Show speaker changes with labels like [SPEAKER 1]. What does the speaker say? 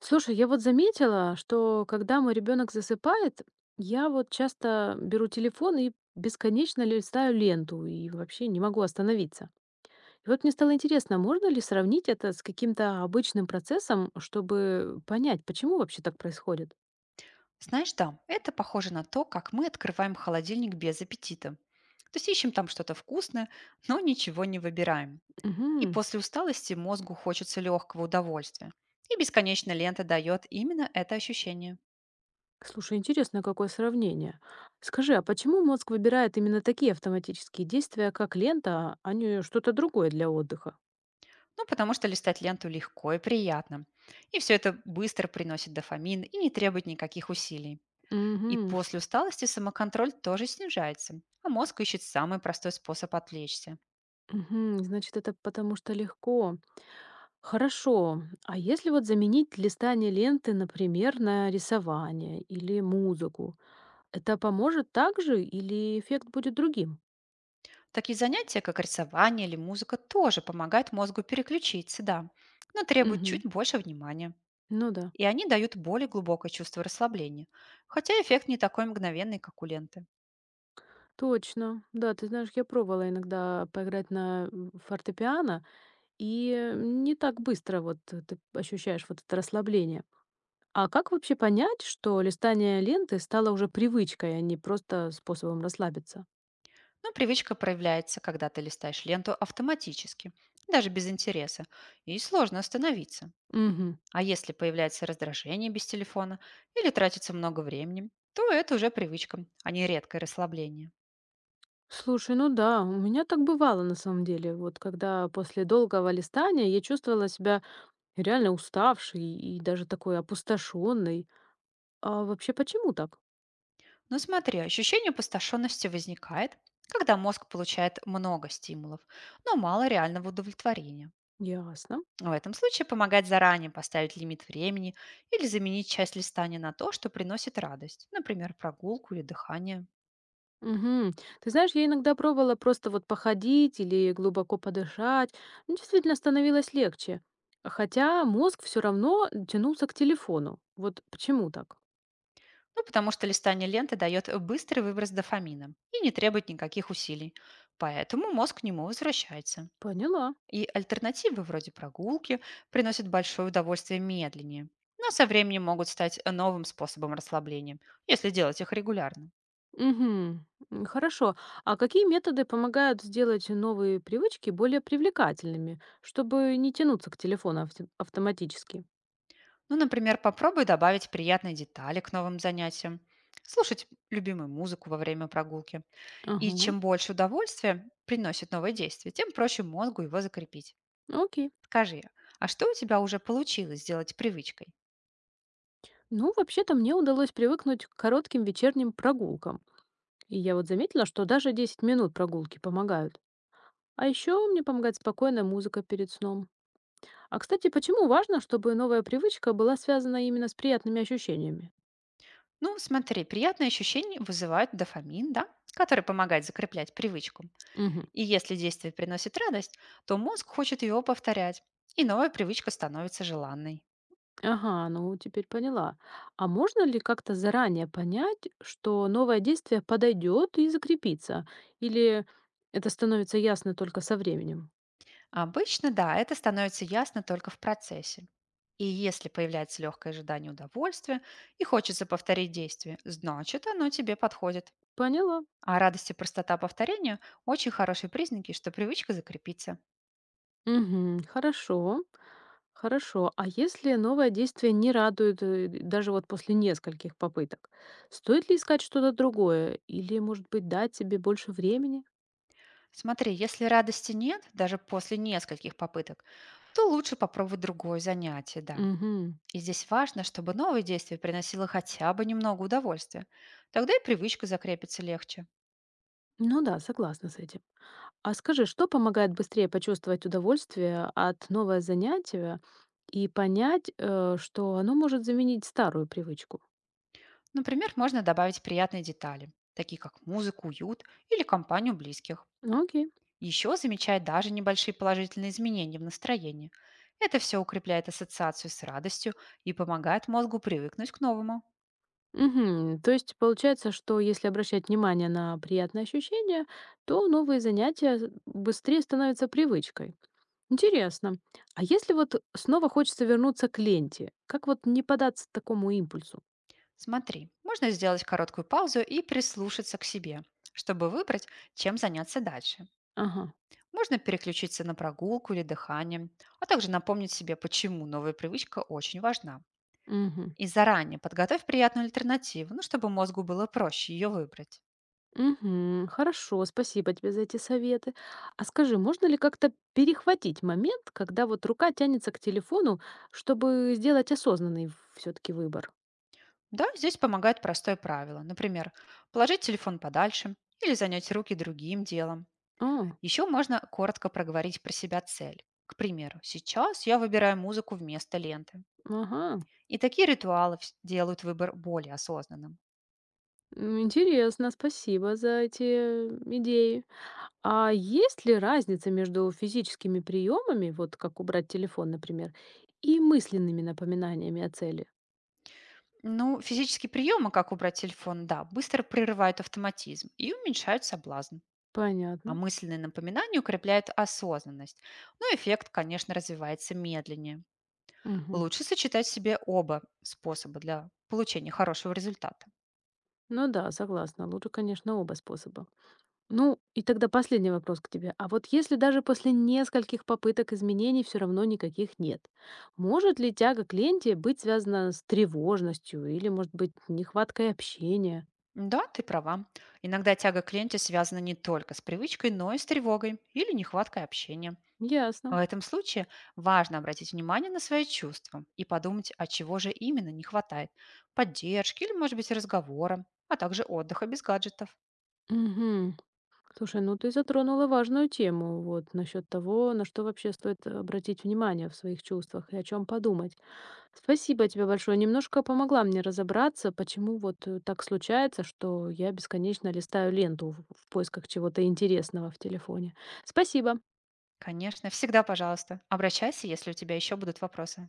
[SPEAKER 1] Слушай, я вот заметила, что когда мой ребенок засыпает, я вот часто беру телефон и бесконечно листаю ленту и вообще не могу остановиться. И вот мне стало интересно, можно ли сравнить это с каким-то обычным процессом, чтобы понять, почему вообще так происходит?
[SPEAKER 2] Знаешь, да, это похоже на то, как мы открываем холодильник без аппетита. То есть ищем там что-то вкусное, но ничего не выбираем. И
[SPEAKER 1] Мгм.
[SPEAKER 2] после усталости мозгу хочется легкого удовольствия. И бесконечная лента дает именно это ощущение.
[SPEAKER 1] Слушай, интересно, какое сравнение. Скажи, а почему мозг выбирает именно такие автоматические действия, как лента, а не что-то другое для отдыха?
[SPEAKER 2] Ну, потому что листать ленту легко и приятно. И все это быстро приносит дофамин и не требует никаких усилий. И
[SPEAKER 1] Угу.
[SPEAKER 2] после усталости самоконтроль тоже снижается, а мозг ищет самый простой способ отвлечься.
[SPEAKER 1] Угу. Значит, это потому что легко. Хорошо. А если вот заменить листание ленты, например, на рисование или музыку, это поможет также или эффект будет другим?
[SPEAKER 2] Такие занятия, как рисование или музыка, тоже помогают мозгу переключиться, да, но требуют
[SPEAKER 1] Мгм.
[SPEAKER 2] чуть больше внимания.
[SPEAKER 1] Ну да.
[SPEAKER 2] И они дают более глубокое чувство расслабления, хотя эффект не такой мгновенный, как у ленты.
[SPEAKER 1] Точно. Да, ты знаешь, я пробовала иногда поиграть на фортепиано, и не так быстро вот ты ощущаешь вот это расслабление. А как вообще понять, что листание ленты стало уже привычкой, а не просто способом расслабиться?
[SPEAKER 2] Но привычка проявляется, когда ты листаешь ленту автоматически, даже без интереса, и сложно остановиться.
[SPEAKER 1] Мгм.
[SPEAKER 2] А если появляется раздражение без телефона или тратится много времени, то это уже привычка, а не редкое расслабление.
[SPEAKER 1] Слушай, ну да, у меня так бывало на самом деле. Вот когда после долгого листания я чувствовала себя реально уставшей и даже такой опустошенной. А вообще почему так?
[SPEAKER 2] Но смотри, ощущение опустошенности возникает, когда мозг получает много стимулов, но мало реального удовлетворения.
[SPEAKER 1] Ясно.
[SPEAKER 2] В этом случае помогает заранее поставить лимит времени или заменить часть листания на то, что приносит радость, например, прогулку или дыхание.
[SPEAKER 1] Мгм. Ты знаешь, я иногда пробовала просто вот походить или глубоко подышать. Ну, действительно становилось легче. Хотя мозг все равно тянулся к телефону. Вот почему так?
[SPEAKER 2] Ну, потому что листание ленты дает быстрый выброс дофамина и не требует никаких усилий, поэтому мозг к нему возвращается.
[SPEAKER 1] Поняла.
[SPEAKER 2] И альтернативы вроде прогулки приносят большое удовольствие медленнее, но со временем могут стать новым способом расслабления, если делать их регулярно.
[SPEAKER 1] Мгм. Хорошо. А какие методы помогают сделать новые привычки более привлекательными, чтобы не тянуться к телефону автоматически?
[SPEAKER 2] Ну, например, попробуй добавить приятные детали к новым занятиям, слушать любимую музыку во время прогулки. И
[SPEAKER 1] Ага,
[SPEAKER 2] чем больше удовольствия приносит новое действие, тем проще мозгу его закрепить.
[SPEAKER 1] окей.
[SPEAKER 2] Скажи, а что у тебя уже получилось сделать привычкой?
[SPEAKER 1] Ну, вообще-то мне удалось привыкнуть к коротким вечерним прогулкам. И я вот заметила, что даже 10 минут прогулки помогают. А еще мне помогает спокойная музыка перед сном. А, кстати, почему важно, чтобы новая привычка была связана именно с приятными ощущениями?
[SPEAKER 2] Ну, смотри, приятные ощущения вызывают дофамин, да, который помогает закреплять привычку.
[SPEAKER 1] Мгм.
[SPEAKER 2] И если действие приносит радость, то мозг хочет его повторять, и новая привычка становится желанной.
[SPEAKER 1] Ага, ну теперь поняла. А можно ли как-то заранее понять, что новое действие подойдет и закрепится? Или это становится ясно только со временем?
[SPEAKER 2] Обычно, да, это становится ясно только в процессе. И если появляется легкое ожидание удовольствия и хочется повторить действие, значит оно тебе подходит.
[SPEAKER 1] Поняла.
[SPEAKER 2] А радость и простота повторения– очень хорошие признаки, что привычка закрепится.
[SPEAKER 1] Мгм, хорошо. Хорошо. А если новое действие не радует, даже вот после нескольких попыток, стоит ли искать что-то другое? Или, может быть, дать себе больше времени?
[SPEAKER 2] Смотри, если радости нет, даже после нескольких попыток, то лучше попробовать другое занятие, да.
[SPEAKER 1] Мгм.
[SPEAKER 2] И здесь важно, чтобы новое действие приносило хотя бы немного удовольствия. Тогда и привычка закрепится легче.
[SPEAKER 1] Ну да, согласна с этим. А скажи, что помогает быстрее почувствовать удовольствие от нового занятия и понять, что оно может заменить старую привычку?
[SPEAKER 2] Например, можно добавить приятные детали, такие как музыку, уют или компанию близких.
[SPEAKER 1] Ну, окей.
[SPEAKER 2] Еще замечай даже небольшие положительные изменения в настроении. Это все укрепляет ассоциацию с радостью и помогает мозгу привыкнуть к новому.
[SPEAKER 1] Мгм. То есть получается, что если обращать внимание на приятные ощущения, то новые быстрее становятся привычкой. Интересно. А если вот снова хочется вернуться к ленте, как вот не податься такому импульсу?
[SPEAKER 2] Смотри, можно сделать короткую паузу и прислушаться к себе, чтобы выбрать, чем заняться дальше.
[SPEAKER 1] Ага.
[SPEAKER 2] Можно переключиться на прогулку или дыхание, а также напомнить себе, почему новая привычка очень важна.
[SPEAKER 1] Мгм.
[SPEAKER 2] И заранее подготовь приятную альтернативу, ну, чтобы мозгу было проще ее выбрать.
[SPEAKER 1] Мгм. Хорошо, спасибо тебе за эти советы. А скажи, можно ли как-то перехватить момент, когда вот рука тянется к телефону, чтобы сделать осознанный все-таки выбор?
[SPEAKER 2] Да, здесь помогает простое правило. Например, положить телефон подальше или занять руки другим делом.
[SPEAKER 1] О,
[SPEAKER 2] Еще можно коротко проговорить про себя цель. К примеру, сейчас я выбираю музыку вместо ленты.
[SPEAKER 1] ага.
[SPEAKER 2] И такие ритуалы делают выбор более осознанным.
[SPEAKER 1] Интересно, спасибо за эти идеи. А есть ли разница между физическими приемами, вот как убрать телефон, например, и мысленными напоминаниями о цели?
[SPEAKER 2] Ну, физические приемы, как убрать телефон, да, быстро прерывают автоматизм и уменьшают соблазн. А
[SPEAKER 1] Понятно.
[SPEAKER 2] мысленные напоминания укрепляют осознанность. Но эффект, конечно, развивается медленнее.
[SPEAKER 1] Мгм.
[SPEAKER 2] Лучше сочетать в себе оба способа для получения хорошего результата.
[SPEAKER 1] Ну да, согласна. Лучше, конечно, оба способа. Ну, и тогда последний вопрос к тебе. А вот если даже после нескольких попыток изменений все равно никаких нет, может ли тяга к ленте быть связана с тревожностью или, может быть, нехваткой общения?
[SPEAKER 2] Да, ты права. Иногда тяга к ленте связана не только с привычкой, но и с тревогой или нехваткой общения. В
[SPEAKER 1] Ясно.
[SPEAKER 2] этом случае важно обратить внимание на свои чувства и подумать, а чего же именно не хватает. Поддержки или, может быть, разговора, а также отдыха без гаджетов.
[SPEAKER 1] Мгм. Слушай, ну ты затронула важную тему, вот, насчет того, на что вообще стоит обратить внимание в своих чувствах и о чем подумать. Спасибо тебе большое, немножко помогла мне разобраться, почему вот, так случается, что я бесконечно листаю ленту в поисках чего-то интересного в телефоне. Спасибо.
[SPEAKER 2] Конечно, всегда, пожалуйста, обращайся, если у тебя еще будут вопросы.